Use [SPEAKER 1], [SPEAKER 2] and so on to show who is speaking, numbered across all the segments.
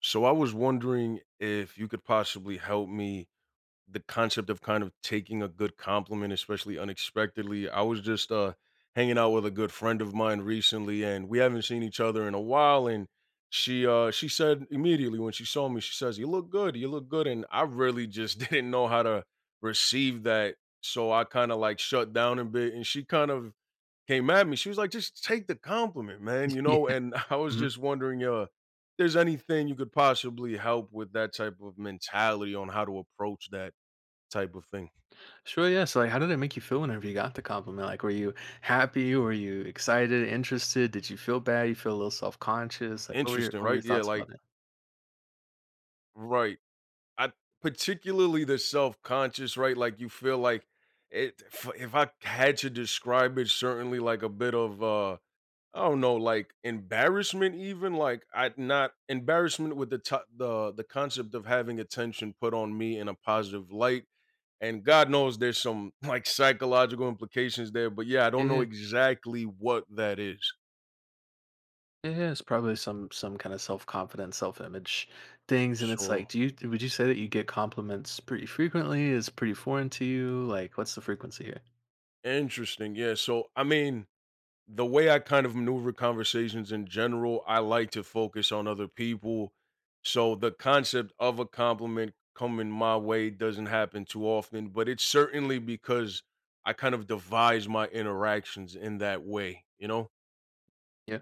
[SPEAKER 1] So I was wondering if you could possibly help me the concept of kind of taking a good compliment, especially unexpectedly. I was just hanging out with a good friend of mine recently, and we haven't seen each other in a while, and she said immediately when she saw me, she says, "You look good, you look good." And I really just didn't know how to receive that. So I kind of like shut down a bit, and she kind of came at me. She was like, "Just take the compliment, man,"
[SPEAKER 2] Yeah.
[SPEAKER 1] and I was
[SPEAKER 2] Mhm.
[SPEAKER 1] just wondering, there's anything you could possibly help with, that type of mentality on how to approach that type of thing.
[SPEAKER 2] Sure, yeah, so, like, how did it make you feel whenever you got the compliment? Like, were you happy? Were you excited, interested? Did you feel bad? You feel a little self-conscious? Like, what were your
[SPEAKER 1] Interesting,
[SPEAKER 2] what were your
[SPEAKER 1] right? Yeah,
[SPEAKER 2] thoughts
[SPEAKER 1] like
[SPEAKER 2] about it?
[SPEAKER 1] right. I particularly the self-conscious, right? Like you feel like it if I had to describe it, certainly like a bit of I don't know, like embarrassment, even like I not embarrassment with the to the concept of having attention put on me in a positive light, and God knows there's some like psychological implications there, but yeah, I
[SPEAKER 2] Yeah,
[SPEAKER 1] don't know
[SPEAKER 2] yeah.
[SPEAKER 1] exactly what that is.
[SPEAKER 2] Yeah, yeah, it's probably some kinda self-confidence, self-image things, and it's
[SPEAKER 1] So
[SPEAKER 2] like, do you would you say that you get compliments pretty frequently? Is pretty foreign to you? Like, what's the frequency here?
[SPEAKER 1] interesting. Yeah. So I mean, the way I kind of maneuver conversations in general, I like to focus on other people. So the concept of a compliment coming my way doesn't happen too often, but it's certainly because I kind of devise my interactions in that way, you know?
[SPEAKER 2] Yeah.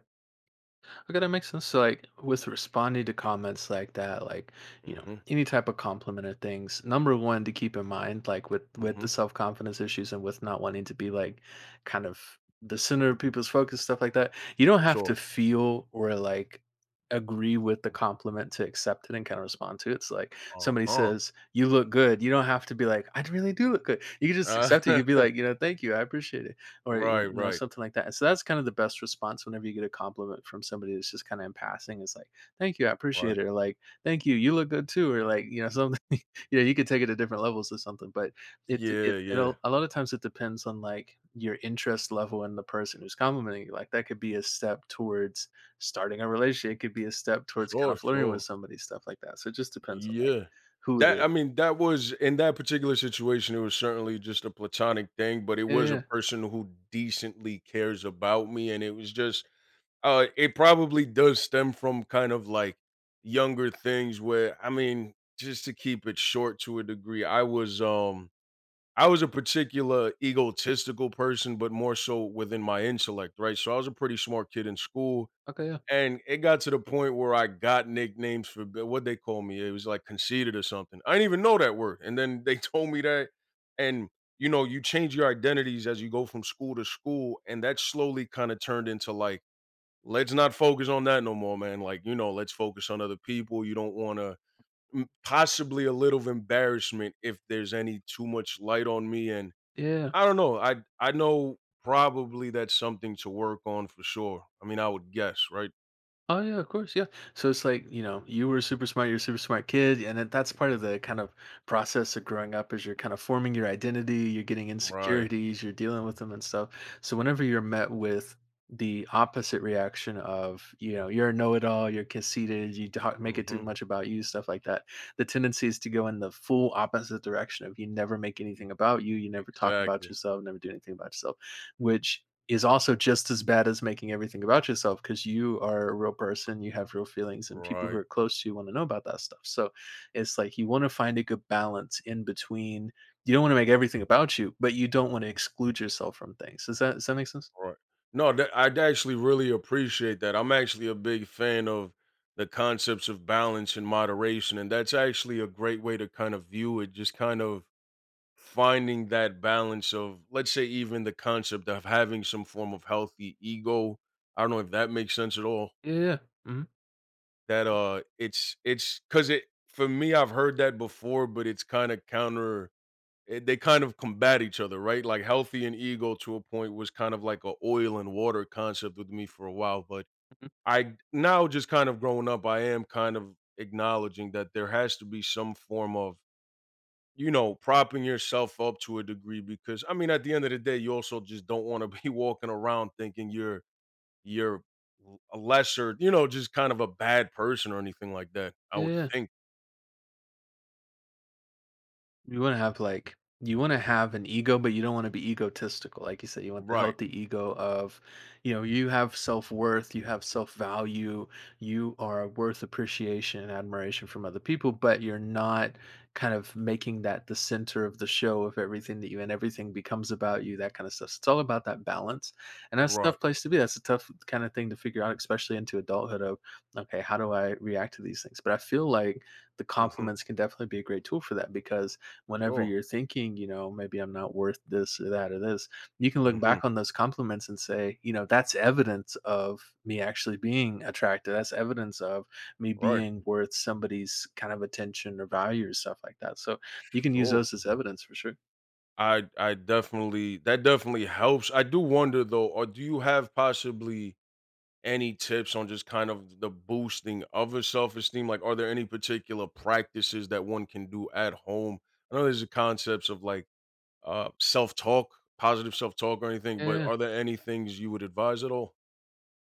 [SPEAKER 2] Okay, that makes sense. So, like, with responding to comments like that, like, you know,
[SPEAKER 1] Mm-hmm.
[SPEAKER 2] any type of compliment or things, number one to keep in mind, like with
[SPEAKER 1] Mm-hmm.
[SPEAKER 2] the self confidence issues and with not wanting to be like, kind of the center of people's focus, stuff like that. You don't have
[SPEAKER 1] Sure.
[SPEAKER 2] to feel or like agree with the compliment to accept it and kind of respond to it. It's like somebody
[SPEAKER 1] Uh-huh.
[SPEAKER 2] says, "You look good." You don't have to be like, "I really do look good." You can just
[SPEAKER 1] Uh,
[SPEAKER 2] accept it. You can be like, you know, "Thank you, I appreciate it." Or, you
[SPEAKER 1] right,
[SPEAKER 2] know,
[SPEAKER 1] right,
[SPEAKER 2] something like that. So that's kind of the best response whenever you get a compliment from somebody that's just kinda in passing. It's like, "Thank you, I
[SPEAKER 1] right.
[SPEAKER 2] appreciate it," or like, "Thank you, you look good too," or like, you know, something you know, you could take it to different levels or something, but it
[SPEAKER 1] Yeah,
[SPEAKER 2] it
[SPEAKER 1] yeah.
[SPEAKER 2] it'll a lot of times it depends on, like, your interest level in the person who's complimenting you. Like, that could be a step towards starting a relationship, it could be a step towards kinda
[SPEAKER 1] Sure,
[SPEAKER 2] flirting
[SPEAKER 1] sure.
[SPEAKER 2] with somebody, stuff like that. So it just depends on, like,
[SPEAKER 1] Yeah.
[SPEAKER 2] who it
[SPEAKER 1] That I
[SPEAKER 2] is.
[SPEAKER 1] mean, that was, in that particular situation, it was certainly just a platonic thing, but it
[SPEAKER 2] Yeah, yeah,
[SPEAKER 1] was a
[SPEAKER 2] yeah.
[SPEAKER 1] person who decently cares about me. And it was just it probably does stem from kind of like younger things where, I mean, just to keep it short to a degree, I was a particular egotistical person, but more so within my intellect, right? So I was a pretty smart kid in school.
[SPEAKER 2] Okay, yeah.
[SPEAKER 1] And it got to the point where I got nicknames for what they call me? It was like conceited or something. I didn't even know that word, and then they told me that, and, you know, you change your identities as you go from school to school, and that slowly kinda turned into, like, "Let's not focus on that no more, man," like, you know, "Let's focus on other people." You don't wanna possibly a little of embarrassment if there's any too much light on me, and
[SPEAKER 2] Yeah, yeah.
[SPEAKER 1] I don't know. I know probably that's something to work on for sure. I mean, I would guess, right?
[SPEAKER 2] Oh yeah, of course, yeah. So it's like, you know, you were super smart. You're a super smart kid, and then that's part of the kind of process of growing up. Is you're kind of forming your identity. You're getting
[SPEAKER 1] Right.
[SPEAKER 2] insecurities. You're dealing with them and stuff. So whenever you're met with the opposite reaction of, you know, you're a know-it-all, you're conceited, you talk, make it too
[SPEAKER 1] Mhm.
[SPEAKER 2] much about you, stuff like that. The tendency is to go in the full opposite direction of you never make anything about you, you never talk about
[SPEAKER 1] Exactly.
[SPEAKER 2] yourself, never do anything about yourself, which is also just as bad as making everything about yourself, because you are a real person, you have real feelings, and people who
[SPEAKER 1] Right,
[SPEAKER 2] are close to you want to know about that stuff. So it's like, you want to find a good balance in between. You don't want to make everything about you, but you don't want to exclude yourself from things. Does that make sense?
[SPEAKER 1] right. No, that I'd actually really appreciate that. I'm actually a big fan of the concepts of balance and moderation, and that's actually a great way to kind of view it, just kind of finding that balance of, let's say, even the concept of having some form of healthy ego. I don't know if that makes sense at all.
[SPEAKER 2] Yeah, yeah. Hmm.
[SPEAKER 1] That it's cause it for me, I've heard that before, but it's kind of counter it, they kind of combat each other, right? Like healthy and ego to a point was kind of like a oil and water concept with me for a while, but I now just kind of growing up, I am kind of acknowledging that there has to be some form of, you know, propping yourself up to a degree, because I mean, at the end of the day, you also just don't want to be walking around thinking you're a lesser, you know, just kind of a bad person or anything like that. I would
[SPEAKER 2] Yeah.
[SPEAKER 1] think,
[SPEAKER 2] You wanna have, like you wanna have an ego, but you don't wanna be egotistical, like you said. You want the
[SPEAKER 1] right,
[SPEAKER 2] healthy ego of, you know, you have self-worth, you have self-value, you are worth appreciation and admiration from other people, but you're not kind of making that the center of the show of everything, that you and everything becomes about you, that kinda stuff. So it's all about that balance, and that's a
[SPEAKER 1] right,
[SPEAKER 2] tough place to be, that's a tough kinda thing to figure out, especially into adulthood of, "Okay, how do I react to these things?" But I feel like the
[SPEAKER 1] hmm,
[SPEAKER 2] compliments can definitely be a great tool for that, because whenever
[SPEAKER 1] sure,
[SPEAKER 2] you're thinking, you know, maybe I'm not worth this or that or this, you can look
[SPEAKER 1] hmm,
[SPEAKER 2] back on those compliments and say, you know, that's evidence of me actually being attractive. That's evidence of me
[SPEAKER 1] right,
[SPEAKER 2] being worth somebody's kind of attention or value or stuff like that. So you can use
[SPEAKER 1] sure.
[SPEAKER 2] those as evidence for sure.
[SPEAKER 1] I definitely that definitely helps. I do wonder though, or do you have possibly any tips on just kind of the boosting of a self-esteem? Like, are there any particular practices that one can do at home? I know there's the concepts of like self-talk, positive self-talk or anything, but
[SPEAKER 2] Yeah.
[SPEAKER 1] are there any things you would advise at all?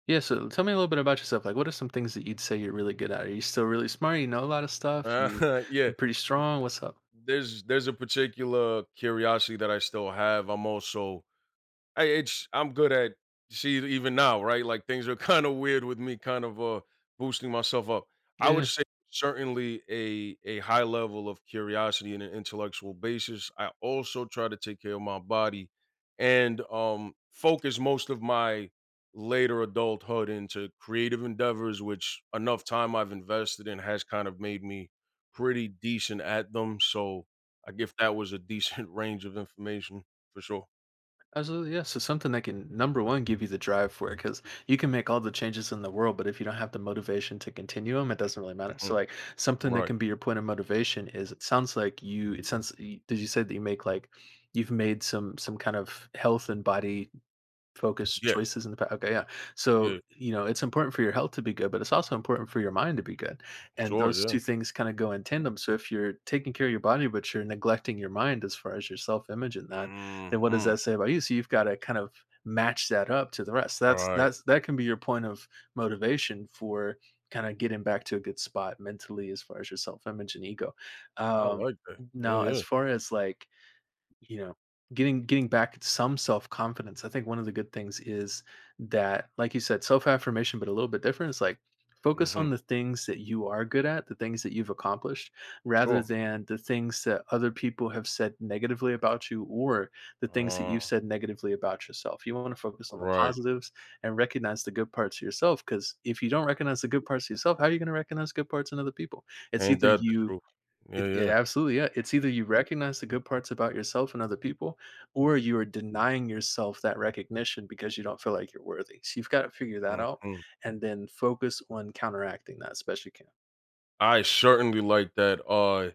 [SPEAKER 2] Yeah. So tell me a little bit about yourself. Like, what are some things that you'd say you're really good at? Are you still really smart? You know a lot of stuff.
[SPEAKER 1] Uh,
[SPEAKER 2] You
[SPEAKER 1] yeah.
[SPEAKER 2] you're pretty
[SPEAKER 1] th-
[SPEAKER 2] strong. What's up?
[SPEAKER 1] There's a particular curiosity that I still have. I'm also I it's I'm good at see even now, right? Like things are kind of weird with me kind of boosting myself up. I would
[SPEAKER 2] Yeah.
[SPEAKER 1] say certainly a high level of curiosity and an intellectual basis. I also try to take care of my body and focus most of my later adulthood into creative endeavors, which enough time I've invested in has kind of made me pretty decent at them. So I guess that was a decent range of information for sure.
[SPEAKER 2] Absolutely, yeah. So, something that can number one give you the drive for it, because you can make all the changes in the world, but if you don't have the motivation to continue them, it doesn't really matter. So
[SPEAKER 1] Mhm.
[SPEAKER 2] like, something that
[SPEAKER 1] Right.
[SPEAKER 2] can be your point of motivation is, it sounds like you. Did you say that you make you've made some kind of health and body focus
[SPEAKER 1] Yeah,
[SPEAKER 2] choices in the past. Okay, yeah. So,
[SPEAKER 1] yeah,
[SPEAKER 2] you know, it's important for your health to be good, but it's also important for your mind to be good. And
[SPEAKER 1] sure,
[SPEAKER 2] those
[SPEAKER 1] yeah.
[SPEAKER 2] two things kind of go in tandem. So, if you're taking care of your body, but you're neglecting your mind as far as your self image and that, then what does
[SPEAKER 1] Mhm.
[SPEAKER 2] that say about you? So, you've got to kind of match that up to the rest. That's
[SPEAKER 1] Alright,
[SPEAKER 2] that's that can be your point of motivation for kind of getting back to a good spot mentally as far as your self image and ego.
[SPEAKER 1] I
[SPEAKER 2] Um,
[SPEAKER 1] like that. Yeah,
[SPEAKER 2] Now,
[SPEAKER 1] yeah,
[SPEAKER 2] as far as, like, you know, getting back some self-confidence, I think one of the good things is that, like you said, self-affirmation, but a little bit different. It's like, focus
[SPEAKER 1] mhm,
[SPEAKER 2] on the things that you are good at, the things that you've accomplished, rather
[SPEAKER 1] sure.
[SPEAKER 2] than the things that other people have said negatively about you, or the things that
[SPEAKER 1] Uh,
[SPEAKER 2] you've said negatively about yourself. You want to focus on the
[SPEAKER 1] right,
[SPEAKER 2] positives and recognize the good parts of yourself, because if you don't recognize the good parts of yourself, how are you going to recognize good parts in other people? It's
[SPEAKER 1] ain't
[SPEAKER 2] either
[SPEAKER 1] that the
[SPEAKER 2] you
[SPEAKER 1] truth. Yeah,
[SPEAKER 2] it yeah,
[SPEAKER 1] yeah,
[SPEAKER 2] absolutely, yeah. It's either you recognize the good parts about yourself and other people, or you are denying yourself that recognition because you don't feel like you're worthy. So you've got to figure that out
[SPEAKER 1] mhm.
[SPEAKER 2] and then focus on counteracting that, especially can.
[SPEAKER 1] I certainly like that,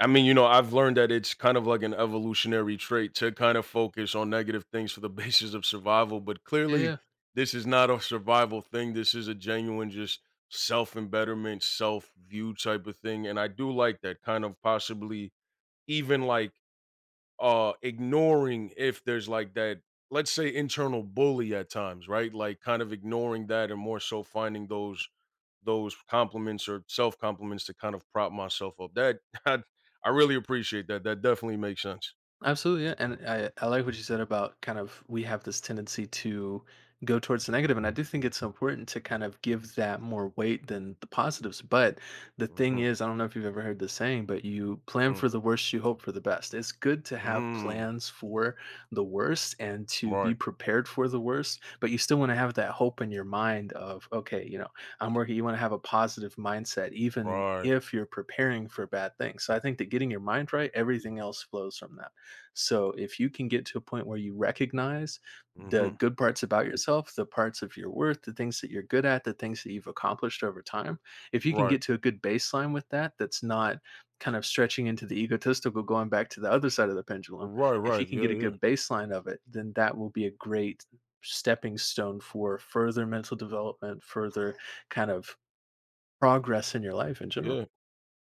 [SPEAKER 1] I mean, you know, I've learned that it's kind of like an evolutionary trait to kind of focus on negative things for the basis of survival, but clearly,
[SPEAKER 2] Yeah.
[SPEAKER 1] this is not a survival thing, this is a genuine just self-embetterment, self-view type of thing, and I do like that kind of possibly even, like, ignoring if there's like that, let's say, internal bully at times, right? Like kind of ignoring that and more so finding those compliments or self compliments to kind of prop myself up. That i, I really appreciate that. That definitely makes sense.
[SPEAKER 2] Absolutely, yeah, and I like what you said about, kind of, we have this tendency to go towards the negative, and I do think it's important to kind of give that more weight than the positives. But the thing
[SPEAKER 1] Hmm.
[SPEAKER 2] is, I don't know if you've ever heard this saying, but you plan for the worst, you hope for the best. It's good to have
[SPEAKER 1] Mm-hmm.
[SPEAKER 2] plans for the worst and to
[SPEAKER 1] Right,
[SPEAKER 2] be prepared for the worst, but you still want to have that hope in your mind of, okay, you know, I'm working. You want to have a positive mindset, even
[SPEAKER 1] right,
[SPEAKER 2] if you're preparing for bad things. So I think that getting your mind right, everything else flows from that. So if you can get to a point where you recognize the
[SPEAKER 1] hmm,
[SPEAKER 2] good parts about yourself, the parts of your worth, the things that you're good at, the things that you've accomplished over time, if you can
[SPEAKER 1] right,
[SPEAKER 2] get to a good baseline with that, that's not kind of stretching into the egotistical, going back to the other side of the pendulum,
[SPEAKER 1] right,
[SPEAKER 2] if you
[SPEAKER 1] right,
[SPEAKER 2] can
[SPEAKER 1] yeah,
[SPEAKER 2] get a
[SPEAKER 1] yeah,
[SPEAKER 2] good baseline of it, then that will be a great stepping stone for further mental development, further kind of progress in your life in general.
[SPEAKER 1] yeah.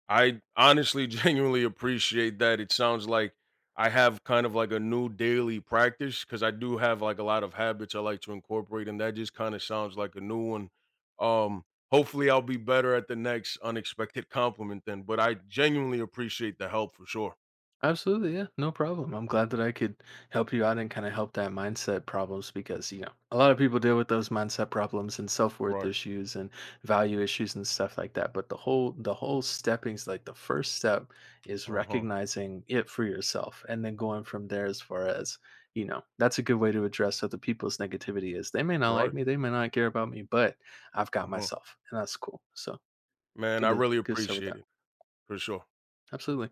[SPEAKER 1] I honestly genuinely appreciate that. It sounds like I have kind of like a new daily practice, because I do have like a lot of habits I like to incorporate, and that just kind of sounds like a new one. Um, hopefully I'll be better at the next unexpected compliment then. But I genuinely appreciate the help for sure.
[SPEAKER 2] Absolutely, yeah, no problem. I'm glad that I could help you out and kind of help that mindset problems, because, you know, a lot of people deal with those mindset problems and self-worth
[SPEAKER 1] Right.
[SPEAKER 2] issues and value issues and stuff like that. But the whole stepping's like, the first step is
[SPEAKER 1] Uh huh.
[SPEAKER 2] recognizing it for yourself and then going from there as far as, you know, that's a good way to address other people's negativity is, they may not
[SPEAKER 1] Right.
[SPEAKER 2] like me, they may not care about me, but I've
[SPEAKER 1] Uh
[SPEAKER 2] got
[SPEAKER 1] huh.
[SPEAKER 2] myself and that's cool. So
[SPEAKER 1] Man, I
[SPEAKER 2] good to
[SPEAKER 1] really
[SPEAKER 2] good to start with
[SPEAKER 1] appreciate
[SPEAKER 2] that.
[SPEAKER 1] it for sure.
[SPEAKER 2] Absolutely.